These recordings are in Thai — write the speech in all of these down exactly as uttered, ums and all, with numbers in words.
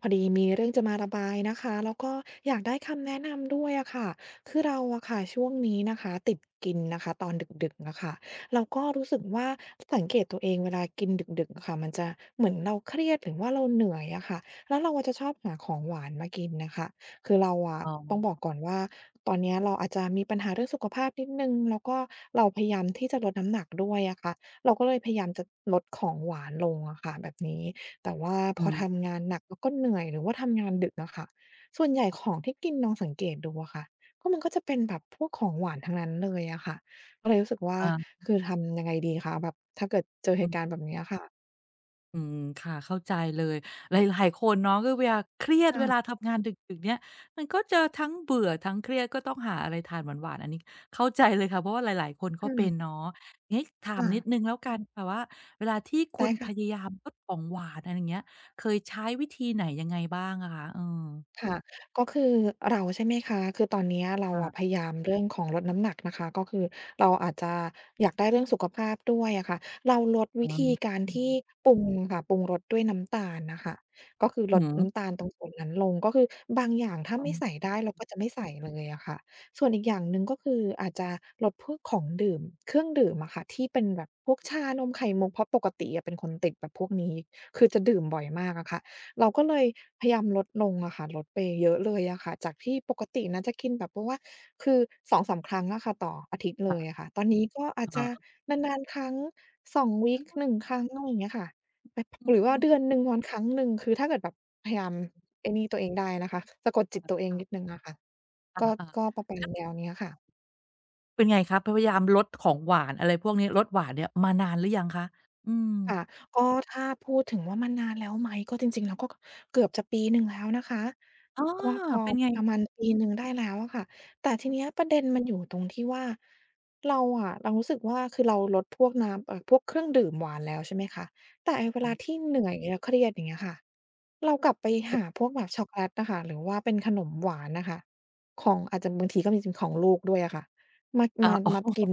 พอดีมีเรื่องจะมาระบายนะคะแล้วก็อยากได้คำแนะนำด้วยอะค่ะคือเราอะค่ะช่วงนี้นะคะติดกินนะคะตอนดึกๆอะค่ะเราก็รู้สึกว่าสังเกตตัวเองเวลากินดึกๆอะค่ะมันจะเหมือนเราเครียดหรือว่าเราเหนื่อยอะค่ะแล้วเราจะชอบหาของหวานมากินนะคะคือเราอะอ๋อต้องบอกก่อนว่าตอนเนี้ยเราอาจจะมีปัญหาเรื่องสุขภาพนิดหนึ่งแล้วก็เราพยายามที่จะลดน้ำหนักด้วยอะค่ะเราก็เลยพยายามจะลดของหวานลงอะค่ะแบบนี้ แต่ว่าพอือมทำงานหนักแล้วก็เหนื่อยหรือว่าทำงานดึกอะค่ะส่วนใหญ่ของที่กินลองสังเกตดูอะค่ะก็มันก็จะเป็นแบบพวกของหวานทั้งนั้นเลยอะค่ะก็เลยรู้สึกว่าอาคือทำยังไงดีคะแบบถ้าเกิดเจอเหอืตุการณ์มแบบเนี้ยค่ะอืมค่ะเข้าใจเลยหลายๆคนเนาะก็เวลาเครียดค่ะเวลาทำงานดึกๆเนี่ยมันก็จะทั้งเบื่อทั้งเครียดก็ต้องหาอะไรทานหวานๆอันนี้เข้าใจเลยค่ะเพราะว่าหลายๆคนก็อืเป็นเนาะมงี้ถามค่ะนิดหนึ่งแล้วกันค่ะว่าเวลาที่คุได้ณพยาค่ะ ยามลดของหวานอะไรอย่างเงี้ยเคยใช้วิธีไหนยังไงบ้างอะคะเออค่ะก็คือเราใช่ไหมคะคือตอนเนี้ยเราอะพค่ะยายามเรื่องของลดน้ำหนักนะคะก็คือเราอาจจะอยากได้เรื่องสุขภาพด้วยอะค่ะเราลดอ๋อวิธีการอือที่ปรุงค่ะปรุงรสด้วยน้ำตาลน่ะค่ะก็คือลอืดอน้ำตาลตรงส่วนนั้นลงก็คือบางอย่างถ้าอ๋ไม่ใส่อได้เราก็จะไม่ใส่เลยอะค่ะส่วนอีกอย่างหนึ่งก็คืออาจจะลดพวกของดื่มเครื่องดื่มอะค่ะที่เป็นแบบพวกชานมไข่มุกเพราะปกติอะเป็นคนติดแบบพวกนี้คือจะดื่มบ่อยมากอะค่ะ เราก็เลยพยายามลดลงอะค่ะลดไปเยอะเลยอะค่ะจากที่ปกตินะจะกินแบบว่าคือสองถึงสามครั้งอะค่ะต่ออาทิตย์เลยค่ะอะค่ะตอนนี้ก็อาอจจะะะนานๆครั้งสองวีกหนึ่งครั้งอะไรอย่างเงี้ยค่ะแบบอืหรือว่าเดือมนหนึ่งวันครั้งหนึ่งคือถ้าเกิดแบบพยายามไอ้นี่ตัวเองได้นะคะสะกดจิตตัวเอๆงนิดหค่ะนึ่งอะค่ะก็อาก็ๆ ประมาณแนวเนี้ยค่ะ เป็นไงคะพพยายามลดของหวานอะไรพวกนี้ลดหวานเนี่ยมานานหรือยังคะ อืมค่ะก็ถ้าพูดถึงว่ามันนานแล้วไหมก็จริงๆแล้วก็เกือบจะปีหนึ่งแล้วนะคะออก็พอเป็นไงประมาบ้ณปีหนึ่งได้แล้วอะค่ะแต่ทีเนี้ยประเด็นมันอยู่ตรงที่ว่าเราอะเรารู้สึกว่าคือเราลดพวกน้ำเอ่อพวกเครื่องดื่มหวานแล้วใช่ไหมคะแต่ไอ้เวาลางที่เหนื่อยแล้วเครียดอย่างเงี้ยค่ะเรากลับไปหาพวกแบบช็อกโกแลตอะค่ะหรือว่าเป็นขนมหวานน่ะค่ะของอาจจะบางทีก็มีเป็นของลูกด้วยอะค่ะมาอามาอ๋อมากิน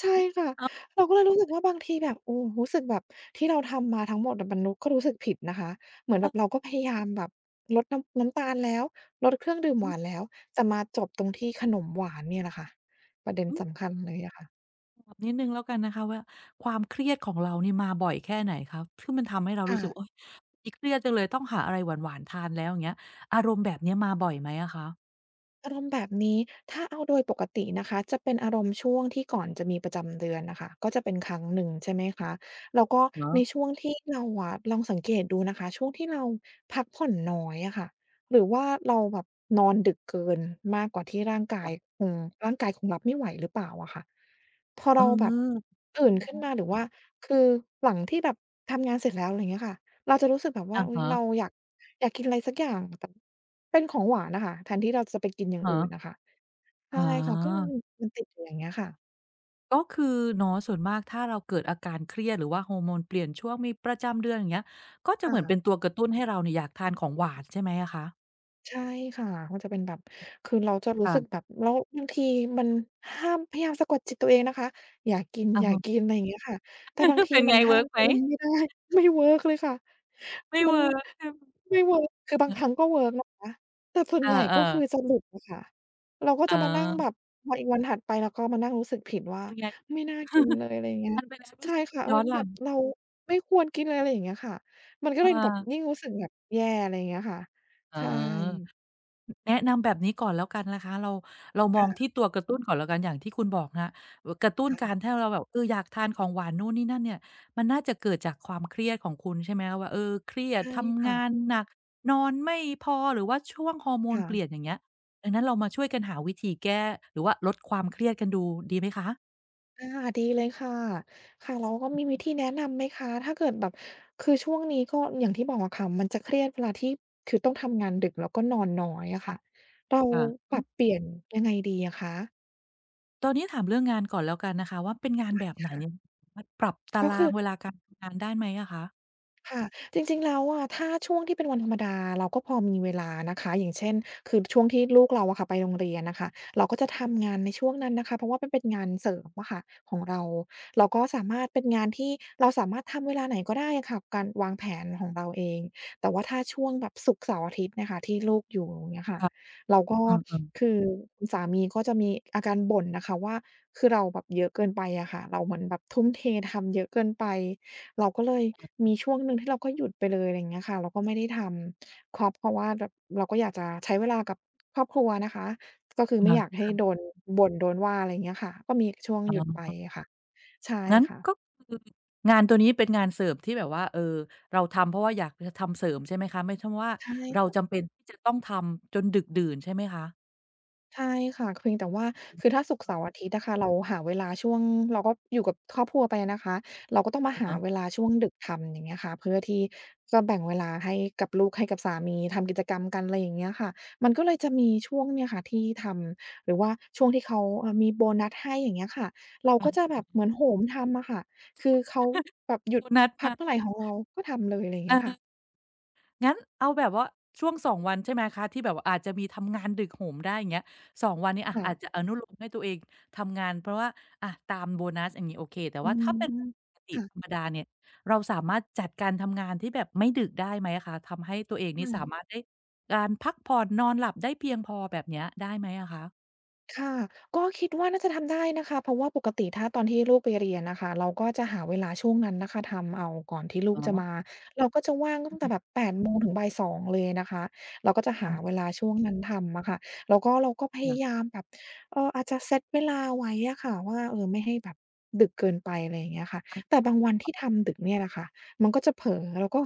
ใช่ค่ะเออเราก็เลยรู้สึกว่าบางทีแบบโอ้รู้สึกแบบที่เราทำมาทั้งหมดอะมันรุ้ก็รู้สึกผิดนะคะเหมือนเอแบอบเราก็พยายามแบบลดน้ำน้ำตาลแล้วลดเครื่องดื่มหอืมวานแล้วแต่มาจบตรงที่ขนมหวานเนี่ยแหละค่ะประเด็นอืมสำคัญเลยอะค่ะถามนิดหนึ่งแล้วกันนะคะว่าความเครียดของเรานี่มาบ่อยแค่ไหนคะที่มันทำให้เรารู้สึกโอ๊ค่ะ ยวันนี้เครียดจังเลยต้องหาอะไรหวานๆทานแล้วอย่างเงี้ยอารมณ์แบบเนี้ยมาบ่อยไหมอะคะอารมณ์แบบนี้ถ้าเอาโดยปกตินะคะจะเป็นอารมณ์ช่วงที่ก่อนจะมีประจำเดือนน่ะค่ะก็จะเป็นครั้งหนึ่งใช่ไหมคะแล้วก็เนาะในช่วงที่เราอะลองสังเกตดูนะคะช่วงที่เราพักผ่อนน้อยอะค่ะหรือว่าเราแบบนอนดึกเกินมากกว่าที่ร่างกายแบบคงร่างกายคงรับไม่ไหวหรือเปล่าอะค่ะพอเเราแบบออตื่นขึ้นมาหรือว่าคือหลังที่แบบทำงานเสร็จแล้วอะไรอย่างเงี้ยค่ะ เราจะรู้สึกแบบว่าอะอุ๊ยฮะเราอยากอยากกินอะไรสักอย่างแต่เป็นของหวานน่ะค่ะแทนที่เราจะไปกินอย่างอะฮะอื่นน่ะค่ะอ๋ใช่อ ค่ะก็มันมันติดอยู่อย่างเงี้ยค่ะก็คือเนาะส่วนมากถ้าเราเกิดอาการเครียดหรือว่าฮอร์โมนเปลี่ยนช่วงมีประจำเดือนอย่างเงี้ยก็จะเหมือนเป็นค่ะ ตัวกระตุ้นให้เราเนี่ยอยากทานของหวานใช่ไหมอะคะใช่ค่ะมันจะเป็นแบบคือเราจะรู้สึกแบค่ะบแล้วบางทีมันห้ามพยายามสะกดจิตตัวเองนะคะอย่ากินอะอย่าฮะ กินอะไรอย่างเงี้ยค่ะแต่บาง ทีเป็นมัไงนห้าเวิมร์กไหตัมวเองไม่ได้ ไม่เวิร์กเลยค่ะไม่มันเวิร์กใช่ไหมไม่เวิร์กคือบางคเรั้งก็เวิร์กนะคะแต่ส่วนอใหอญ่เอก็อคือจะหลุดอะค่ะเราก็ๆอ๋อจะมานั่งแบบพออีกวันถัดไปเราก็มานั่งรู้สึกผิดว่าเป็นไง ไม่น่ากินเลยอะไรอย่างเงี้ ยทานไปแล้วรู้ใช่สึกค่ะเออย้อนหแบลับงเราไม่ควรกินเลยอะไรอย่างเงี้ยค่ะมันก็อเลยแบบายิ่งรู้สึกแบบแย่อะไรอย่างเงี้ยค่ะเออ ใช่ แนะนำแบบนี้ก่อนแล้วกันนะคะเราเรามองที่ค่ะตัวกระตุ้นก่อนแล้วกันอย่างที่คุณบอกนะคะเอ่อกระตุ้นกาค่ะ รถ้าเราแบบเอออยากทานของหวานนู่นนี่นั่นเนี่ยมันน่าจะเกิดจากความเครียดของคุณใช่ไหมคะว่าเออเครียดใช่ทำค่ะงานหนักนอนไม่พอหรือว่าช่วงฮอร์โมนค่ะเปลี่ยนอย่างเงี้ยดังนั้นเรามาช่วยกันหาวิธีแก้หรือว่าลดความเครียดกันดูดีไหมคะอาดีเลยค่ะ ค่ะแล้วก็มีวิธีแนะนำไหมคะ ถ้าเกิดแบบคือช่วงนี้ก็อย่างที่บอกอะค่ะมันจะเครียดเวลาที่คือต้องทำงานดึกแล้วก็นอนน้อยอะค่ะ เราค่ะปอืรัมบเปลี่ยนยังไงดีอะคะตอนนี้ถามเรื่องงานก่อนแล้วกันนะคะว่าเป็นงานแบบไหนเนี่ยค่ะ มันปรับตารางเวลาการทำงานได้ไหมอะคะค่ะจริงๆแล้วอะถ้าช่วงที่เป็นวันธรรมดาเราก็พอมีเวลานะคะอย่างเช่นคือช่วงที่ลูกเราอะค่ะไปโรงเรียนน่ะค่ะเราก็จะทำงานในช่วงนั้นนะคะเพราะว่ามันเป็นงานเสริมอะค่ะของเราเราก็สามารถเป็นงานที่เราสามารถทำเวลาไหนก็ได้อะค่ะการวางแผนของเราเองแต่ว่าถ้าช่วงแบบศุกร์เสาร์อาทิตย์เนี่ยค่ะที่ลูกอยู่อย่างเงี้ยค่ะค่ะเราก็อืมคือคุณสามีก็จะมีอาการบ่นนะคะว่าคือเราแบบเยอะเกินไปอะค่ะเราเหมือนแบบทุ่มเททำเยอะเกินไป เราก็เลยมีช่วงหนึ่งที่เราก็หยุดไปเลยอะไรอย่างเงี้ยค่ะเราก็ไม่ได้ทำครอบเพราะว่าแบบเราก็อยากจะใช้เวลากับครอบครัวนะคะก็คืๆอไม่อยากให้ค่ะโดๆนบ่นโดนว่าอะไรอย่างเงี้ยค่ะก็มีช่วงอ๋หยุดไปอ อะค่ะใช่งั้นก็ค่ะคืองานตัวนี้เป็นงานเสริมที่แบบว่าเออเราทำเพราะว่าอยากจะทำเสริมใช่ไหมคะไม่ใช่ว่าใชเรา่ จำเป็นที่จะต้องทำจนดึกดื่นใช่ไหมคะใช่ค่ะเพียงแต่ว่าคือถ้าศุกร์เสาร์อาทิตย์อะค่ะเราหาเวลาช่วงเราก็อยู่กับครอบครัวไปนะคะเราก็ต้องมาอะหาฮะเวลาช่วงดึกทำอย่างเงี้ยค่ะเพื่อที่จะแบ่งเวลาให้กับลูกให้กับสามีทำกิจกรรมกันอะไรอย่างเงี้ยค่ะมันก็เลยจะมีช่วงเนี่ยค่ะที่ทำหรือว่าช่วงที่เขาเอ่อมีโบนัสให้อย่างเงี้ยค่ะเราก็จะแบบเหมือนโหมทำอะค่ะคือเขาแบบหยุดคุณนัดพัมากเมื่อไรของเราก็ทำเลยอะไรอย่างเงี้ยค่ะอา งั้นเอาแบบว่าช่วงสองวันใช่ไหมคะที่แบบว่าอาจจะมีทำงานดึกโหมได้อย่างเงี้ยสองวันนี้อะค่ะอาจจะอนุโลมให้ตัวเองทำงานเพราะว่าอะตามโบนัสอย่างงี้โอเคแต่อืว่าถ้าเป็นปมกติธรค่ะรมดาเนี่ยเราสามารถจัดการทำงานที่แบบไม่ดึกได้ไหมอะคะทำให้ตัวเองค่นี่สามาะ รถได้การพักผ่อนนอนหลับได้เพียงพอแบบเนี้ยได้ไหมอะคะค่ะก็คิดว่าน่าจะทำได้นะคะเพราะว่าปกติถ้าตอนที่ลูกไปเรียนนะคะเราก็จะหาเวลาช่วงนั้นนะคะทำเอาก่อนที่ลูอ๋กอจะมาเราก็จะว่างตั้งแต่อืแบบมแปดโมงถึงบ่ายสองเลยนะคะเราก็จะหาเวอาลาช่วงนั้นทำอะค่ะแล้วก็เราก็พค่ะยายามแบบเอ่ออาจจะเซตเวลาไว้อะค่ะว่าเออไม่ให้แบบดึกเกินไปอะไรอย่างเงี้ยค่ะอแต่าบางวันที่ทำดึกเนี่ยแหละค่ะมันก็จะเผลอแล้วก็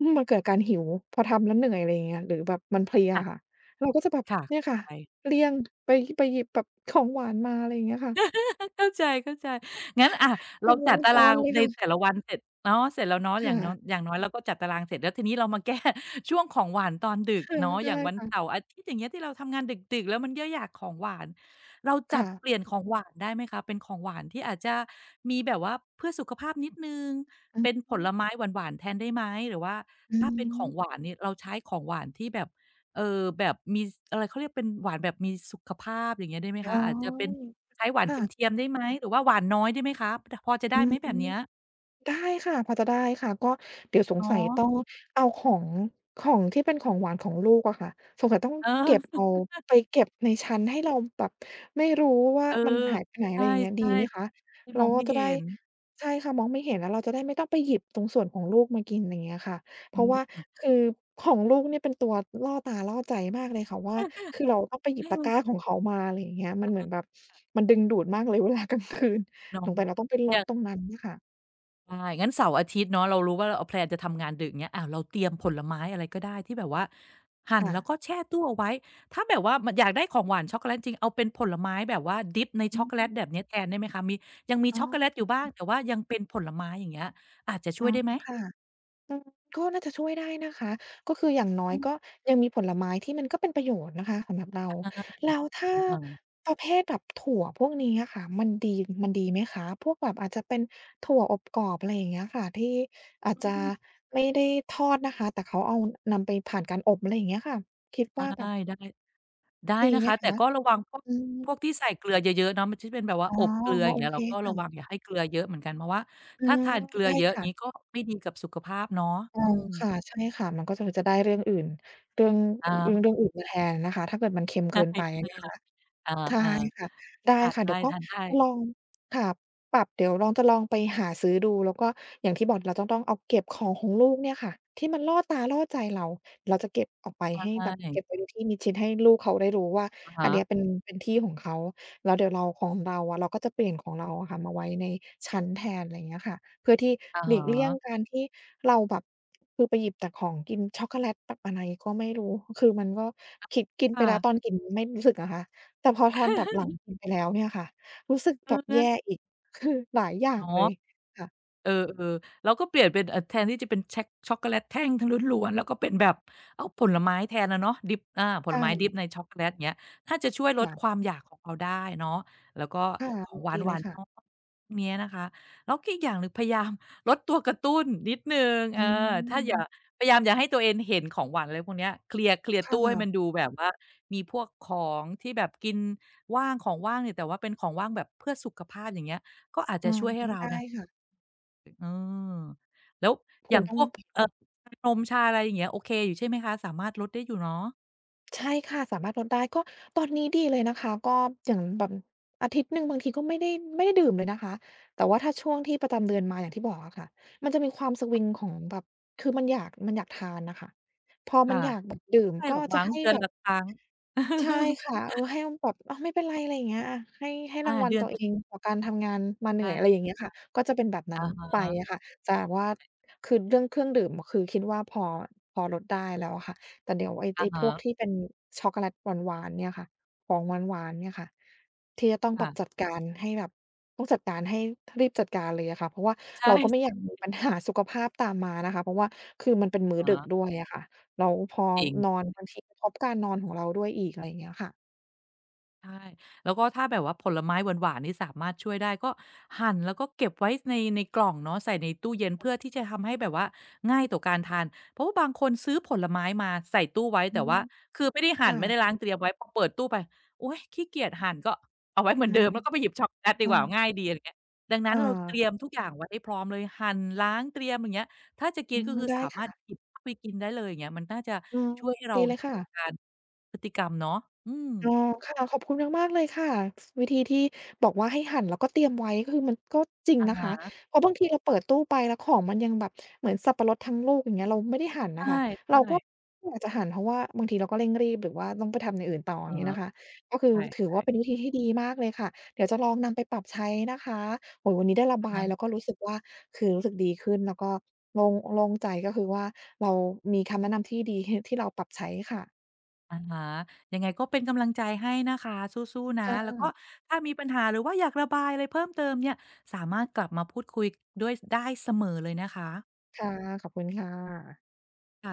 มันเกิดการหิวพอทำแล้วเหนื่อยอะไรอย่างเงี้ยหรือแบบมันเพลียอะค่ะค่ะเราก็จะแบบค่ะเนี่ยค่ะ ใช่ เลี่ยงไปไปหยิบแบบของหวานมาอะไรอย่างเงี้ยค่ะ เข้าใจเข้าใจ งั้นอะเราเป็นวจังดตาจรารงเลยในค่ะแต่ละวันเสร็จเนาะเสร็จแล้วเนาะอย่าค่ะงน้อยอย่างน้อยเราก็จัดตารางเสร็จแล้วทีนี้เรามาแก้ ช่วงของหวานตอนดึกค่ะเนาะอได้ย่างวันเสาค่ะร์อาทิตย์อย่างเงี้ยที่เราทำงานดึกๆแล้วมันก็อยากของหวานเราจัดค่ะเปลี่ยนของหวานได้ไหมคะเป็นของหวานที่อาจจะมีแบบว่าเพื่อสุขภาพนิดหนึ่งอือเป็นผฮึลไม้หวานๆแทนได้ไหมหรือว่าอืถ้าเป็นของหมวานนี่เราใช้ของหวานที่แบบเอ่อแบบมีสอะไรเขาเรียกเป็นหวานแบบมีสุขภาพอย่างเงี้ยได้ไหมอ๋คะอาจจะเป็น อใช้หวานเทีค่ะยมๆได้ไหมหรือว่าหวานน้อยได้ไหมคะดพอจะอืได้ไหมอแบฮึ บเนี้ยได้ค่ะพอจะได้ค่ะก็เดี๋ยวสงเนาสัยะต้องเอาของของที่เป็นของหวานของลูกอะค่ะสงสัยต้องเเก็บออ เอาไปเก็บในชั้นให้เราแบบไม่รู้ ว่าเออมันหายไปไหนอะใชไรอย่างเงี้ยดี่ไหมคะๆที่เรามองก็ไม่จะเห็ได้นใช่ค่ะมองไม่เห็นแล้วเราจะได้ไม่ต้องไปหยิบตรงส่วนของลูกมากินอย่างเงี้ยค่ะเพอืราะว่ามคือของลูกเนี่ยเป็นตัวล่อตาล่อใจมากเลยค่ะว่าคือเราต้องไปหยิบตะกร้าของเขามาอะไรอย่างเงี้ยมันเหมือนแบบมันดึงดูดมากเลยเวลากลางคืนเนาะสงสัยเราต้องไปรอดย่างตรงนั้นน่ะค่ะใช่งั้นเสาร์อาทิตย์เนาะเรารู้ว่าเราแพลนจะทำงานดึกเงี้ยอ้าวเราเตรียมผลไม้อะไรก็ได้ที่แบบว่าหั่นค่ะ แล้วก็แช่ตู้เอาไว้ถ้าแบบว่ามอยากได้ของหวานช็อกโกแลตจริงเอาเป็นผลไม้แบบว่าดิปในช็อกโกแลอืตมแบบเนี้ยแทนได้ไหมคะมียังมีอ๋ช็อกโกแลตออยู่บ้างแต่ว่ายังเป็นผลไม้อย่างเงี้ยอาจจะช่อ๋อวยได้ไหมค่ะอืมก็น่าจะช่วยได้นะคะ ก็คืออย่างน้ออืยก็มยังมีผลไม้ที่มันก็เป็นประโยชน์นะคะสำหรับเราแล้วถ้าเออๆประเภทแบบถั่วพวกนี้อะค่ะมันดีมันดีไหมคะพวกแบบอาจจะเป็นถั่วอบกรอบอะไรอย่างเงี้ยค่ะที่อาจอืจะม ไม่ได้ทอดนะคะ แต่เขาเอานำไปผ่านการอบอะไรอย่างเงี้ยค่ะคิดไว่าแบบด้ได้ได้ดีนะไหมคะแต่คะ ก็ระวังพวกอืมพวกที่ใส่เกลือเยอะๆเนาะมันที่เป็นแบบว่าอ๋ออบเกลืออย่างโอเงี้ยเคเราก็ระวังค่ะอย่าให้เกลือเยอะเหมือนกันเพราะว่าอืถ้ามทานเกลือได้เยอะอค่ะ ย่างงี้ก็ไม่ดีกับสุขภาพเนาะเอออืมค่ะใช่ค่ะ มันก็จะจะได้เรื่องอื่น เรื่องเรื่องอาเรื่องอื่นมาแทนนะคะ ถ้าเกิดมันเค็มใชเกินไป่นะคะ ๆเออใช่ค่ะได้ๆทานค่ะเดี๋ได้ยวก็ทานได้จะลองค่ะปรับเดี๋ยวลองจะลองไปหาซื้อดูแล้วก็อย่างที่บอกเราจะต้องเอาเก็บของของลูกเนี่ยค่ะที่มันล่อตาล่อใจเราเราจะเก็บออกไปใชให้่แบบเก็บไว้ในที่มิดชิดให้ลูกเขาได้รู้ว่าอะอันฮะเนี้ยเป็นเป็นที่ของเขาแล้วเดี๋ยวเราของเราอะเราก็จะเปลี่ยนของเราอะค่ะมาไว้ในชั้นแทนอะไรอย่างเงี้ยค่ะเพื่อที่อะหลีฮะกเลี่ยงการที่เราแบบคือไปหยิบแต่ของกินช็อกโกแลตแบบอะไรก็ไม่รู้คือมันก็คิดกินไปค่ะ แล้วตอนกินไม่รู้สึกนะคะ แต่พอทอนแบบหลัง กินไปแล้วเนี่ยค่ะรู้สึกเอแบอบนั่นแย่แหละอีก คือหลายอย่างเนาะ เลยค่ะเออๆเราก็เปลี่ยนเป็นเอ่อแทนที่จะเป็นแช็กช็อกโกแลตแท่งทงล้วนๆแล้วก็เป็นแบบเอาวผลไม้แทนอะเนาะดริปอาผลไม้ดริปค่ะในช็อกโกแลตอย่างเงี้ยน่าจะช่วยลดควาค่ะมอยากของเราได้เนาะแล้วก็ค่ะของหวดีเลายนๆน้อยค่ะเนี้ยนะคะแล้วก็อีกอย่างหนึ่งพยายามลดตัวกระตุ้นนิดหนึ่งอืเออถ้าอย่ามพยายามอย่าให้ตัวเองเห็นของหวานอะไรพวกเนี้ยเคลียร์เคลียร์ค่ะตู้ให้มันดูแบบว่ามีพวกของที่แบบกินว่างของว่างเนี่ยแต่ว่าเป็นของว่างแบบเพื่อสุขภาพอย่างเงี้ยก็อาจจะอาช่วยให้เราได้เนี่ย ค่ะเออแล้วอคงย่างต้พองวกเอ่อชานมชาอะไรอย่างเงี้ยโอเคอยู่ใช่ไหมคะสามารถลดได้อยู่เนาะใช่ค่ะสามารถลดได้ก็ตอนนี้ดีเลยนะคะก็อย่างแบบอาทิตย์หนึ่งบางทีก็ไม่ได้ไม่ได้ดื่มเลยนะคะแต่ว่าถ้าช่วงที่ประจำเดือนมาอย่างที่บอกอะค่ะมันจะมีความสวิงของแบบคือมันอยากมันอยากทานน่ะค่ะพอมันค่ะอยากแบบดื่ไม่เป็นมไกก็หรอกจะมั้งให้เดือแบนบ ละครั้งใช่ค่ะเออให้แบบอ้าวไม่เป็นไรอะไรอย่างเงี้ยอะให้ให้ราอางวัลเดือน ตัวเอง ต่อการทำงานมาเหนื่อยอะไรอได้ย่างเงี้ยค่ะก็จะเป็นแบบนั้นอะฮไปะอะค่ะแต่ว่าคือเรื่องเครื่องดื่มคือคิดว่าพอพอลดได้แล้วอะค่ะแต่เดี๋ยวไอ้อะไอ้พฮะวกที่เป็นช็อกโกแลตหวานๆเนี่ยค่ะของหวานๆเนี่ยค่ะที่จะต้องแบบจัค่ะดการให้แบบต้องจัดการให้รีบจัดการเลยอะค่ะเพราะว่าใชเราก็ไม่อยาก่มีปัญหาสุขภาพตามมานะคะเพราะว่าคือมันเป็นมื้ออะดึกฮะด้วยอะค่ะ แล้วพอจรินอง นบางทีกระทบการนอนของเราด้วยอีกอะไรอย่างเงี้ยค่ะใช่แล้วก็ถ้าแบบว่าผลไม้หวานๆนี่สามารถช่วยได้ก็หั่นแล้วก็เก็บไว้ในในกล่องเนาะใส่ในตู้เย็นเพื่อที่จะทำให้แบบว่าง่ายต่อการทานเพราะว่าบางคนซื้อผลไม้มาใส่ตู้ไว้อืแต่มว่าคือไม่ได้หั่นไม่ได้ค่ะล้างเตรียมไว้พอเปิดตู้ไปโอ๊ยขี้เกียจหั่นก็เอาไว้เหมือนอาเดิมแล้วก็ไปหยิบช็อกโกแลตดีกว่าง่ายอาดีอะไรอย่างเงี้ยดังนั้นค่ะเราเตรียมทุกอย่างไว้ให้พร้อมเลยหั่นล้างเตรียมอย่างเงี้ยถ้าจะกิอืนก็มคือได้สามารถค่ะหยิบเข้าไปกินได้เลยอย่างเงี้ยมันน่าจะอืมช่วยให้เราดีเลยค่ะ ต่อการพฤติกรรมเนาะอืมอ๋อค่ะขอบคุณมากๆเลยค่ะสวิธีที่บอกว่าให้หั่นแล้วก็เตรียมไว้ก็คือมันก็จริงอะนะคะฮะ เพราะบางทีเราเปิดตู้ไปแล้วของมันยังแบบเหมือนสับปะรดทั้งลูกอย่างเงี้ยเราไม่ได้หั่นน่ะใช่ค่ะใช่เราก็มอยากจะหั่นเพราะว่าบางทีเราก็เร่งรีบหรือว่าต้องไปทำอย่างอื่นต่อออะย่างเงี้ยฮะนะคะก็คือใชถือ่ว่าเป็นวิธีที่ดีมากเลยค่ะเดี๋ยวจะลองนำไปปรับใช้นะคะโอ้โฮวันนี้ได้ระๆอะบายฮะแล้วก็รู้สึกว่าคือรู้สึกดีขึ้นแล้วก็โล่งโล่งใจก็คือว่าเรามีคำแนะนำที่ดีที่เราปรับใช้ค่ะอะฮะยังไงก็เป็นกำลังใจให้นะคะสู้ๆคนะ แล้วก็่ะ ถ้ามีปัญหาหรือว่าอยากระบายอะไรเพิ่มเติมเนี่ย สามารถกลับมาพูดคุยด้วยได้เสมอเลยนะคะค่ะขอบคุณค่ะค่ะ